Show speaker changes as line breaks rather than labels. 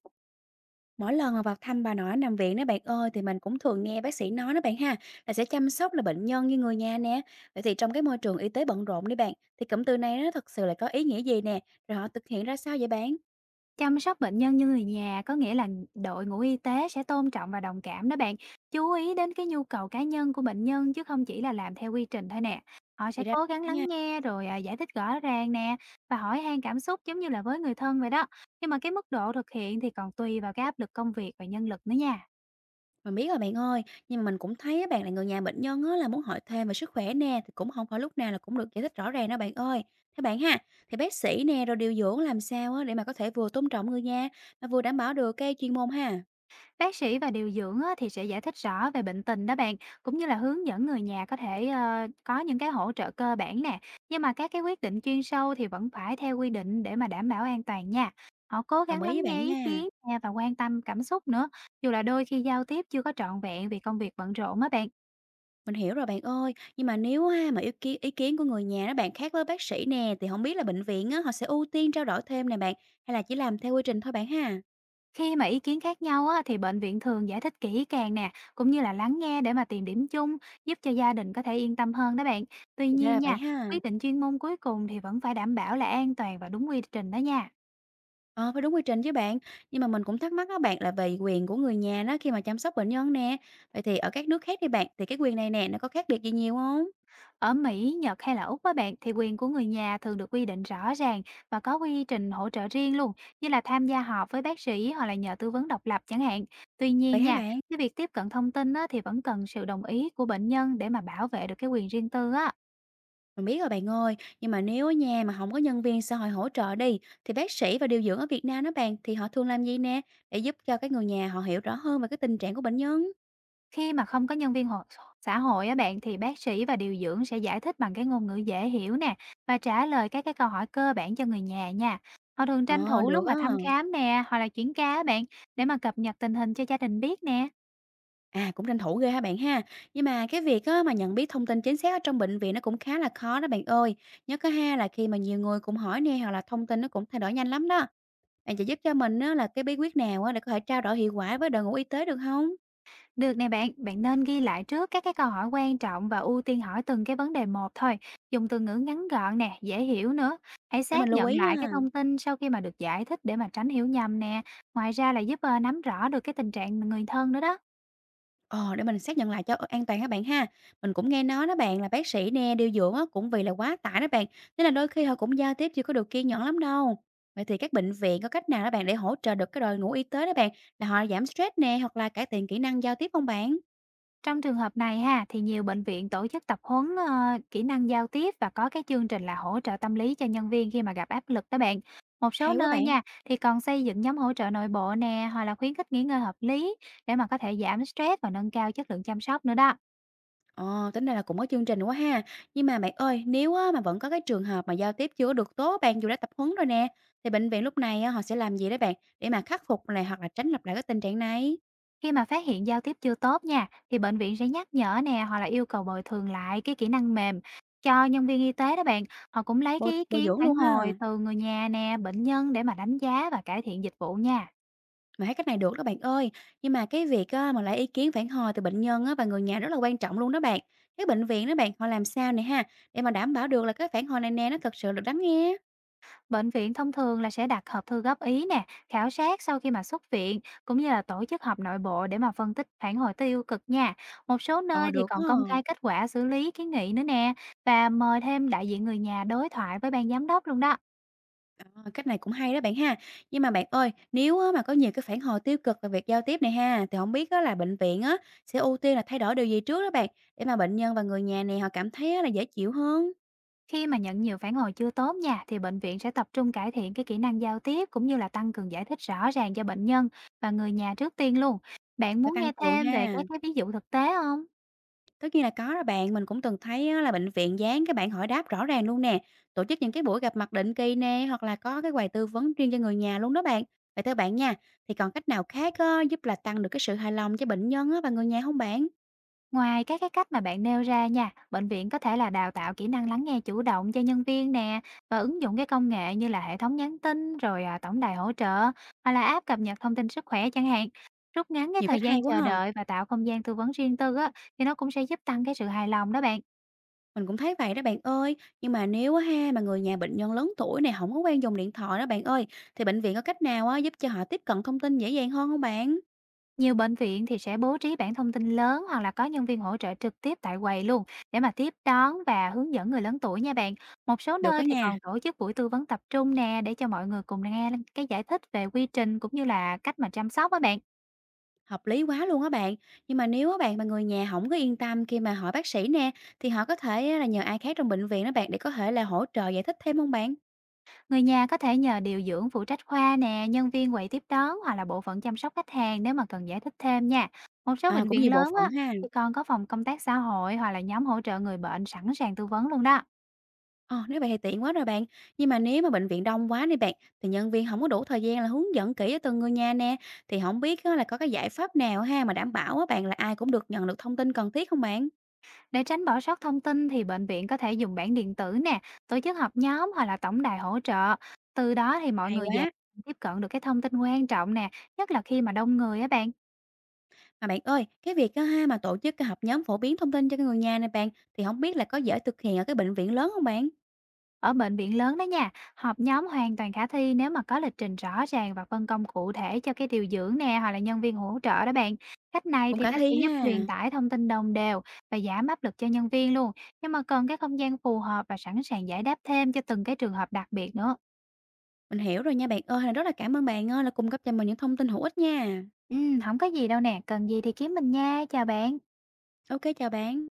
Mỗi lần mà vào thăm bà nội nằm viện đó bạn ơi, thì mình cũng thường nghe bác sĩ nói đó bạn ha, là sẽ chăm sóc là bệnh nhân như người nhà nè. Vậy thì trong cái môi trường y tế bận rộn đi bạn, thì cụm từ này nó thật sự là có ý nghĩa gì nè, rồi họ thực hiện ra sao vậy bạn?
Chăm sóc bệnh nhân như người nhà có nghĩa là đội ngũ y tế sẽ tôn trọng và đồng cảm đó bạn. Chú ý đến cái nhu cầu cá nhân của bệnh nhân chứ không chỉ là làm theo quy trình thôi nè. Họ sẽ
Thì ra
cố gắng
nha,
lắng nghe giải thích rõ ràng nè, và hỏi han cảm xúc giống như là với người thân vậy đó. Nhưng mà cái mức độ thực hiện thì còn tùy vào cái áp lực công việc và nhân lực nữa nha.
mình biết rồi bạn ơi, nhưng mà mình cũng thấy á bạn là người nhà bệnh nhân á là muốn hỏi thêm về sức khỏe nè, thì cũng không phải lúc nào là cũng được giải thích rõ ràng đó bạn ơi. Thế bạn ha, thì bác sĩ nè rồi điều dưỡng làm sao á để mà có thể vừa tôn trọng người nhà mà vừa đảm bảo được cái chuyên môn ha.
Bác sĩ và điều dưỡng á, thì sẽ giải thích rõ về bệnh tình đó bạn, cũng như là hướng dẫn người nhà có thể có những cái hỗ trợ cơ bản nè. Nhưng mà các cái quyết định chuyên sâu thì vẫn phải theo quy định để mà đảm bảo an toàn nha. Họ cố
Đồng
gắng
ý với
lắng nghe
bạn
ý
nha.
kiến nè và quan tâm cảm xúc nữa, dù là đôi khi giao tiếp chưa có trọn vẹn vì công việc bận rộn á bạn.
Mình hiểu rồi bạn ơi, nhưng mà nếu ha mà ý kiến của người nhà đó bạn khác với bác sĩ nè, thì không biết là bệnh viện á, họ sẽ ưu tiên trao đổi thêm nè bạn, hay là chỉ làm theo quy trình thôi bạn ha?
Khi mà ý kiến khác nhau á, thì bệnh viện thường giải thích kỹ càng nè, cũng như là lắng nghe để mà tìm điểm chung, giúp cho gia đình có thể yên tâm hơn đó bạn. Tuy
Thì ra
nhiên
là vậy
nha,
ha.
quyết định chuyên môn cuối cùng thì vẫn phải đảm bảo là an toàn và đúng quy trình đó nha.
Ờ, phải đúng quy trình chứ bạn. Nhưng mà mình cũng thắc mắc đó bạn là về quyền của người nhà đó khi mà chăm sóc bệnh nhân nè. Vậy thì ở các nước khác đi bạn, thì cái quyền này nè, nó có khác biệt gì nhiều không?
Ở Mỹ, Nhật hay là Úc á bạn, thì quyền của người nhà thường được quy định rõ ràng và có quy trình hỗ trợ riêng luôn, như là tham gia họp với bác sĩ hoặc là nhờ tư vấn độc lập chẳng hạn. Tuy nhiên
Vậy hả
nha,
bạn?
cái việc tiếp cận thông tin á, thì vẫn cần sự đồng ý của bệnh nhân để mà bảo vệ được cái quyền riêng tư á.
Mình biết rồi bạn ơi, nhưng mà nếu ở nhà mà không có nhân viên xã hội hỗ trợ đi, thì bác sĩ và điều dưỡng ở Việt Nam đó bạn, thì họ thường làm gì nè, để giúp cho cái người nhà họ hiểu rõ hơn về cái tình trạng của bệnh nhân?
Khi mà không có nhân viên hội xã hội á bạn, thì bác sĩ và điều dưỡng sẽ giải thích bằng cái ngôn ngữ dễ hiểu nè, và trả lời các cái câu hỏi cơ bản cho người nhà nha. Họ thường tranh
Ờ,
thủ lúc
được
mà
á.
thăm khám nè, hoặc là chuyển ca á bạn, để mà cập nhật tình hình cho gia đình biết nè.
À, cũng tranh thủ ghê ha bạn ha. Nhưng mà cái việc á, mà nhận biết thông tin chính xác ở trong bệnh viện nó cũng khá là khó đó bạn ơi. Nhất á ha là khi mà nhiều người cùng hỏi nè hoặc là thông tin nó cũng thay đổi nhanh lắm đó. Bạn chỉ giúp cho mình á, là cái bí quyết nào á, để có thể trao đổi hiệu quả với đội ngũ y tế được không?
Được nè bạn, bạn nên ghi lại trước các cái câu hỏi quan trọng và ưu tiên hỏi từng cái vấn đề một thôi. Dùng từ ngữ ngắn gọn nè, dễ hiểu nữa. Hãy
Để mình
xác
lưu
nhận
ý
lại cái
ha.
thông tin sau khi mà được giải thích để mà tránh hiểu nhầm nè. Ngoài ra là giúp nắm rõ được cái tình trạng người thân nữa đó.
Ờ, để mình xác nhận lại cho, an toàn các bạn ha. Mình cũng nghe nói đó bạn là bác sĩ nè, điều dưỡng á, cũng vì là quá tải đó bạn, nên là đôi khi họ cũng giao tiếp chưa có được kiên nhẫn lắm đâu. Vậy thì các bệnh viện có cách nào đó bạn để hỗ trợ được cái đội ngũ y tế đó bạn, là họ giảm stress nè, hoặc là cải thiện kỹ năng giao tiếp không bạn?
Trong trường hợp này ha, thì nhiều bệnh viện tổ chức tập huấn kỹ năng giao tiếp và có cái chương trình là hỗ trợ tâm lý cho nhân viên khi mà gặp áp lực đó bạn. Một số
Hay quá
nơi
bạn!
nha, thì còn xây dựng nhóm hỗ trợ nội bộ nè, hoặc là khuyến khích nghỉ ngơi hợp lý để mà có thể giảm stress và nâng cao chất lượng chăm sóc nữa đó.
Ờ, tính ra là cũng có chương trình quá ha. Nhưng mà bạn ơi, nếu á mà vẫn có cái trường hợp mà giao tiếp chưa có được tốt bạn, dù đã tập huấn rồi nè, thì bệnh viện lúc này á họ sẽ làm gì đấy bạn, để mà khắc phục này, hoặc là tránh lặp lại cái tình trạng này?
Khi mà phát hiện giao tiếp chưa tốt nha, thì bệnh viện sẽ nhắc nhở nè, hoặc là yêu cầu bồi thường lại cái kỹ năng mềm cho nhân viên y tế đó bạn. Họ cũng lấy
Bồi
cái ý
bồi
kiến
dưỡng
phản
luôn
hồi
ha.
từ người nhà nè, bệnh nhân để mà đánh giá và cải thiện dịch vụ nha.
Mà thấy cách này được đó bạn ơi, nhưng mà cái việc á, mà lấy ý kiến phản hồi từ bệnh nhân á, và người nhà rất là quan trọng luôn đó bạn. Cái bệnh viện đó bạn, họ làm sao nè ha, để mà đảm bảo được là cái phản hồi này nè nó thật sự được lắng nghe?
Bệnh viện thông thường là sẽ đặt hộp thư góp ý nè, khảo sát sau khi mà xuất viện, cũng như là tổ chức họp nội bộ để mà phân tích phản hồi tiêu cực nha. Một số
Ờ
nơi thì
được
còn
á,
công khai kết quả xử lý kiến nghị nữa nè, và mời thêm đại diện người nhà đối thoại với ban giám đốc luôn đó.
ờ, cách này cũng hay đó bạn ha. Nhưng mà bạn ơi, nếu á, mà có nhiều cái phản hồi tiêu cực về việc giao tiếp này ha, thì không biết á, là bệnh viện á, sẽ ưu tiên là thay đổi điều gì trước đó bạn, để mà bệnh nhân và người nhà này họ cảm thấy á, là dễ chịu hơn,
Khi mà nhận nhiều phản hồi chưa tốt nha, thì bệnh viện sẽ tập trung cải thiện cái kỹ năng giao tiếp cũng như là tăng cường giải thích rõ ràng cho bệnh nhân và người nhà trước tiên luôn. Bạn
phải
muốn nghe
tăng cường
thêm về
ha.
các cái ví dụ thực tế không?
Tất nhiên là có đó bạn, mình cũng từng thấy á là bệnh viện dán cái bảng hỏi đáp rõ ràng luôn nè, tổ chức những cái buổi gặp mặt định kỳ nè, hoặc là có cái quầy tư vấn riêng cho người nhà luôn đó bạn. Vậy theo bạn nha, thì còn cách nào khác á, giúp là tăng được cái sự hài lòng cho bệnh nhân á và người nhà không bạn?
Ngoài các cái cách mà bạn nêu ra nha, bệnh viện có thể là đào tạo kỹ năng lắng nghe chủ động cho nhân viên nè, và ứng dụng cái công nghệ như là hệ thống nhắn tin tổng đài hỗ trợ hoặc là app cập nhật thông tin sức khỏe chẳng hạn. Rút ngắn cái
Nhiều
thời
cách hay
gian
quá
chờ
ha.
đợi và tạo không gian tư vấn riêng tư á, thì nó cũng sẽ giúp tăng cái sự hài lòng đó bạn.
Mình cũng thấy vậy đó bạn ơi, nhưng mà nếu á ha mà người nhà bệnh nhân lớn tuổi này không có quen dùng điện thoại đó bạn ơi, thì bệnh viện có cách nào á giúp cho họ tiếp cận thông tin dễ dàng hơn không bạn?
Nhiều bệnh viện thì sẽ bố trí bảng thông tin lớn hoặc là có nhân viên hỗ trợ trực tiếp tại quầy luôn, để mà tiếp đón và hướng dẫn người lớn tuổi nha bạn. Một số
Được đó
nơi thì
nha.
còn tổ chức buổi tư vấn tập trung nè, để cho mọi người cùng nghe cái giải thích về quy trình cũng như là cách mà chăm sóc á bạn.
Hợp lý quá luôn á bạn. Nhưng mà nếu á bạn mà người nhà không có yên tâm khi mà hỏi bác sĩ nè, thì họ có thể á là nhờ ai khác trong bệnh viện đó bạn để có thể là hỗ trợ giải thích thêm không bạn?
Người nhà có thể nhờ điều dưỡng phụ trách khoa nè, nhân viên quầy tiếp đón hoặc là bộ phận chăm sóc khách hàng nếu mà cần giải thích thêm nha. Một số
À,
bệnh
cũng
viện
nhiều bộ
lớn á,
phận ha.
thì còn có phòng công tác xã hội hoặc là nhóm hỗ trợ người bệnh sẵn sàng tư vấn luôn đó.
Ờ, nếu vậy thì tiện quá rồi bạn. Nhưng mà nếu mà bệnh viện đông quá đi bạn, thì nhân viên không có đủ thời gian là hướng dẫn kỹ cho từng người nhà nè, thì không biết á là có cái giải pháp nào ha mà đảm bảo á bạn là ai cũng được nhận được thông tin cần thiết không bạn?
Để tránh bỏ sót thông tin thì bệnh viện có thể dùng bản điện tử nè, tổ chức họp nhóm hoặc là tổng đài hỗ trợ. Từ đó thì mọi
Hay
người dễ
quá.
tiếp cận được cái thông tin quan trọng nè, nhất là khi mà đông người á bạn.
Mà bạn ơi, cái việc á ha mà tổ chức cái họp nhóm phổ biến thông tin cho cái người nhà này bạn, thì không biết là có dễ thực hiện ở cái bệnh viện lớn không bạn?
Ở bệnh viện lớn đó nha, họp nhóm hoàn toàn khả thi nếu mà có lịch trình rõ ràng và phân công cụ thể cho cái điều dưỡng nè, hoặc là nhân viên hỗ trợ đó bạn. Cách này
Cũng
thì
khả
nó sẽ
thi ha.
giúp truyền tải thông tin đồng đều và giảm áp lực cho nhân viên luôn, nhưng mà cần cái không gian phù hợp và sẵn sàng giải đáp thêm cho từng cái trường hợp đặc biệt nữa.
Mình hiểu rồi nha bạn ơi, rất là cảm ơn bạn ơi là cung cấp cho mình những thông tin hữu ích nha.
Hổng có gì đâu nè, cần gì thì kiếm mình nha, chào bạn.
OK chào bạn.